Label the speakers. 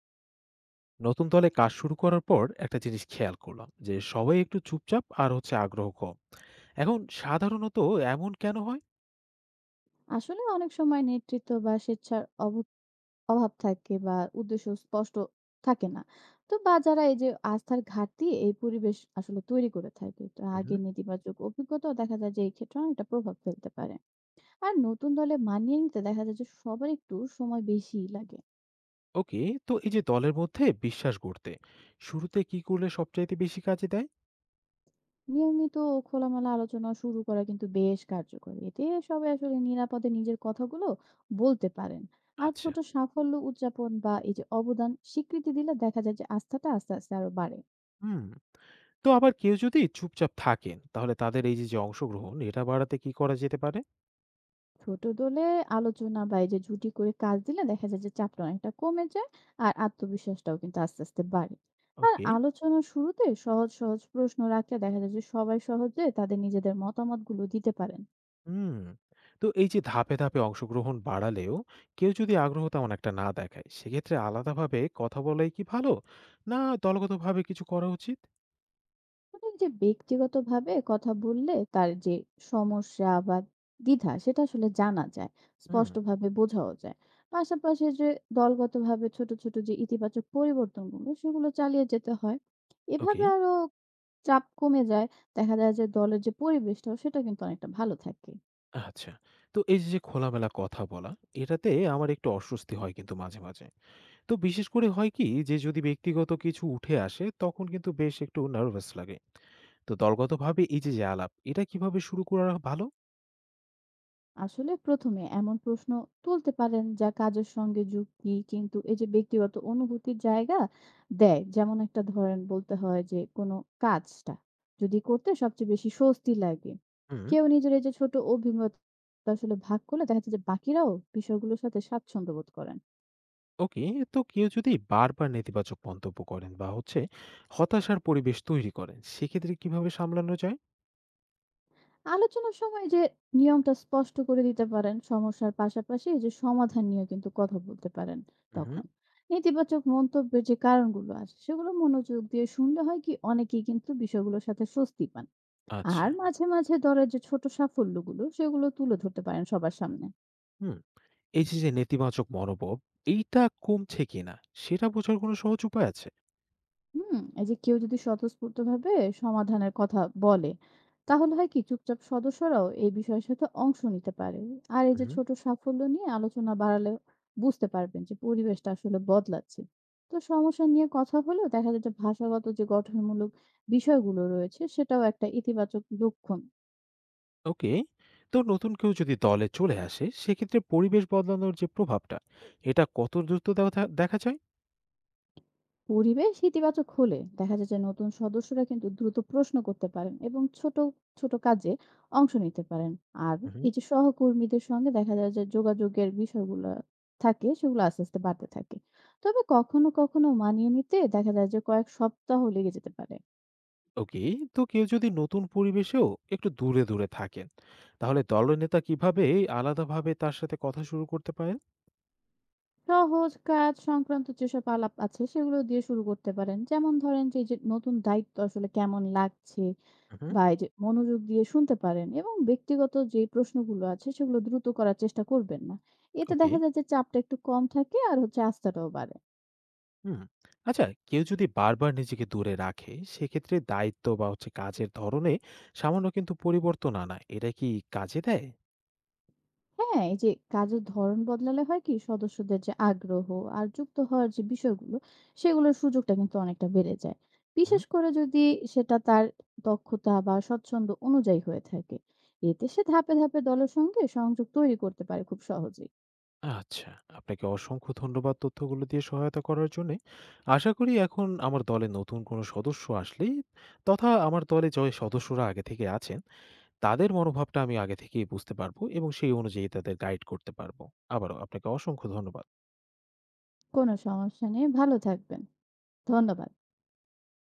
Speaker 1: নতুন দলে কাজ শুরু করার পর একটা জিনিস খেয়াল করলাম যে সবাই একটু চুপচাপ আর হচ্ছে আগ্রহ কম। এখন সাধারণত এমন কেন হয়?
Speaker 2: আসলে অনেক সময় নেতৃত্ব বা স্বেচ্ছার অভাব থাকে বা উদ্দেশ্য স্পষ্ট থাকে না তো, বা যারা এই যে আস্থার ঘাটতি এই পরিবেশ আসলে তৈরি করে থাকে, তো
Speaker 1: হুম।
Speaker 2: আগে নেতিবাচক অভিজ্ঞতা দেখা যায় যে এই ক্ষেত্রে অনেকটা প্রভাব ফেলতে পারে। আর নতুন দলে মানিয়ে নিতে দেখা যায় যে সবার একটু সময় বেশি লাগে।
Speaker 1: ওকে। তো এই যে দলের মধ্যে বিশ্বাস গড়তে শুরুতে কি করলে সবচাইতে বেশি কাজে দেয়?
Speaker 2: নিয়মিত ও খোলামেলা আলোচনা শুরু করা কিন্তু বেশ কার্যকর, এতে সবাই আসলে নিরাপদে নিজের কথাগুলো বলতে পারেন। আর
Speaker 1: আচ্ছা।
Speaker 2: ছোট সাফল্য উদযাপন বা এই যে অবদান স্বীকৃতি দিলে দেখা যায় যে আস্থাটা আস্তে আস্তে আরো বাড়ে।
Speaker 1: হুম। তো আবার কেউ যদি চুপচাপ থাকেন তাহলে তাদের এই যে যে অংশগ্রহণ এটা বাড়াতে কি করা যেতে পারে?
Speaker 2: ছোট দলে আলোচনা বা এই যে জুটি করে কাজ দিলে দেখা যায় যে চাপটা অনেকটা কমে যায় আর আত্মবিশ্বাসটাও কিন্তু আস্তে আস্তে বাড়ে। আর
Speaker 1: ওকে।
Speaker 2: আলোচনার শুরুতে সহজ সহজ প্রশ্ন রাখলে দেখা যায় যে সবাই সহজে তাদের নিজেদের মতামতগুলো দিতে পারেন।
Speaker 1: হুম। তো এই যে ধাপে ধাপে অংশগ্রহণ বাড়ালেও কেউ যদি আগ্রহ তেমন একটা না দেখায় সেক্ষেত্রে আলাদাভাবে কথা বলাই কি ভালো, না দলগতভাবে কিছু করা উচিত?
Speaker 2: মানে এই যে ব্যক্তিগতভাবে কথা বললে তার যে সমস্যা বা দ্বিধা সেটা আসলে জানা যায়,
Speaker 1: হুম।
Speaker 2: স্পষ্টভাবে বোঝাও যায়। পাশাপাশি যে দলগতভাবে ছোট, ছোট যে ইতিবাচক পরিবর্তনগুলো সেগুলো চালিয়ে যেতে হয়।
Speaker 1: ওকে।
Speaker 2: এভাবে আরো চাপ কমে যায়। দেখা যায় যে দলের যে পরিবেশটা সেটা কিন্তু অনেকটা ভালো থাকে।
Speaker 1: আচ্ছা। তো এই যে যে খোলামেলা কথা বলা এটাতে আমার একটু অস্বস্তি হয় কিন্তু মাঝে মাঝে। তো বিশেষ করে হয় কি যে যদি ব্যক্তিগত কিছু উঠে আসে তখন কিন্তু বেশ একটু নার্ভাস লাগে। তো দলগতভাবে এই যে যে আলাপ এটা কিভাবে শুরু করা ভালো?
Speaker 2: আসলে ১ম এ এমন প্রশ্ন তুলতে পারেন যা কাজের সঙ্গে যুক্তি কিন্তু এই যে ব্যক্তিগত অনুভূতির জায়গা দেয়। যেমন একটা ধরেন, বলতে হয় যে কোনো কাজটা যদি করতে সবচেয়ে বেশি স্বস্তি লাগে।
Speaker 1: হুম।
Speaker 2: কেউ নিজের এই যে ছোট অভিমত আসলে ভাগ করলে দেখা যায় যে বাকিরাও বিষয়গুলোর সাথে স্বাচ্ছন্দ্য বোধ করেন।
Speaker 1: ওকে। তো কেউ যদি বারবার নেতিবাচক মন্তব্য করেন বা হচ্ছে হতাশার পরিবেশ তৈরি করেন সেক্ষেত্রে কিভাবে সামলানো যায়?
Speaker 2: আলোচনার সময় যে নিয়মটা স্পষ্ট করে দিতে পারেন, সমস্যার পাশাপাশি এই যে সমাধান নিয়েও কিন্তু কথা বলতে পারেন
Speaker 1: হুম।
Speaker 2: তখন। নেতিবাচক মন্তব্যের যে কারণগুলো আছে সেগুলো মনোযোগ দিয়ে শুনলে হয় কি অনেকেই কিন্তু বিষয়গুলোর সাথে স্বস্তি পান। আর
Speaker 1: আচ্ছা।
Speaker 2: মাঝে, মাঝে দলের যে ছোট সাফল্যগুলো সেগুলো তুলে ধরতে পারেন সবার সামনে।
Speaker 1: হুম। এই যে যে নেতিবাচক মনোভাব এইটা কমছে কিনা সেটা বোঝার কোনো সহজ উপায় আছে?
Speaker 2: হুম, এই যে কেউ যদি স্বতঃস্ফূর্তভাবে সমাধানের কথা বলে, তাহলে হয় কি চুপচাপ সদস্যরাও এই বিষয়ের সাথে অংশ নিতে পারে। আর এই যে
Speaker 1: হুম।
Speaker 2: ছোট সাফল্য নিয়ে আলোচনা বাড়ালে বুঝতে পারবেন যে পরিবেশটা আসলে বদলাচ্ছে। তো সমস্যা নিয়ে কথা হলেও দেখা যায় যে ভাষাগত যে গঠনমূলক বিষয়গুলো রয়েছে সেটাও একটা ইতিবাচক লক্ষণ।
Speaker 1: ওকে। তো নতুন কেউ যদি দলে চলে আসে সেক্ষেত্রে পরিবেশ বদলানোর যে প্রভাবটা এটা কত দ্রুত দেখা দেখা
Speaker 2: পরিবেশ ইতিবাচক হলে দেখা যায় যে নতুন সদস্যরা কিন্তু দ্রুত প্রশ্ন করতে পারেন এবং ছোট ছোট কাজে অংশ নিতে পারেন। আর
Speaker 1: যায়?
Speaker 2: এই যে সহকর্মীদের সঙ্গে দেখা যায় যে যোগাযোগের বিষয়গুলো থাকে সেগুলো আস্তে আস্তে বাড়তে থাকে। তবে কখনো কখনো মানিয়ে নিতে দেখা যায় যে কয়েক সপ্তাহ লেগে যেতে পারে।
Speaker 1: ওকে। তো কেউ যদি নতুন পরিবেশেও একটু দূরে দূরে থাকেন তাহলে দলনেতা কিভাবে আলাদাভাবে তার সাথে কথা শুরু করতে পারেন?
Speaker 2: সহজ কাজ সংক্রান্ত যেসব আলাপ আছে সেগুলো দিয়ে শুরু করতে পারেন, যেমন ধরেন যে এই যে নতুন দায়িত্ব আসলে কেমন লাগছে।
Speaker 1: হুম।
Speaker 2: বাইরে মনোযোগ দিয়ে শুনতে পারেন এবং ব্যক্তিগত যে প্রশ্নগুলো আছে সেগুলো দ্রুত করার চেষ্টা করবেন না। এতে
Speaker 1: ওকে।
Speaker 2: দেখা যায় যে চাপটা একটু কম থাকে আর হচ্ছে আস্থাটাও বাড়ে।
Speaker 1: হুম। আচ্ছা, কেউ যদি বারবার নিজেকে দূরে রাখে সেক্ষেত্রে দায়িত্ব বা হচ্ছে কাজের ধরনে সামান্য কিন্তু পরিবর্তন আনা এটা কি কাজে দেয়?
Speaker 2: হ্যাঁ, এই যে কাজের ধরন বদলালে হয় কি সদস্যদের যে আগ্রহ আর যুক্ত হওয়ার যে বিষয়গুলো সেগুলোর সুযোগটা কিন্তু অনেকটা বেড়ে যায়,
Speaker 1: হুম।
Speaker 2: বিশেষ করে যদি সেটা তার দক্ষতা বা স্বচ্ছন্দ অনুযায়ী হয়ে থাকে। এতে সে ধাপে ধাপে দলের সঙ্গে সংযোগ তৈরি করতে পারে খুব সহজেই।
Speaker 1: আচ্ছা। আপনাকে অসংখ্য ধন্যবাদ তথ্যগুলো দিয়ে সহায়তা করার জন্য। আশা করি এখন আমার দলে নতুন কোনো সদস্য আসলেই তথা আমার দলে যে সদস্যরা আগে থেকে আছেন তাদের মনোভাবটা আমি আগে থেকেই বুঝতে পারবো এবং সেই অনুযায়ী তাদের গাইড করতে পারবো। আবারও আপনাকে অসংখ্য ধন্যবাদ।
Speaker 2: কোনো সমস্যা নেই, ভালো থাকবেন। ধন্যবাদ।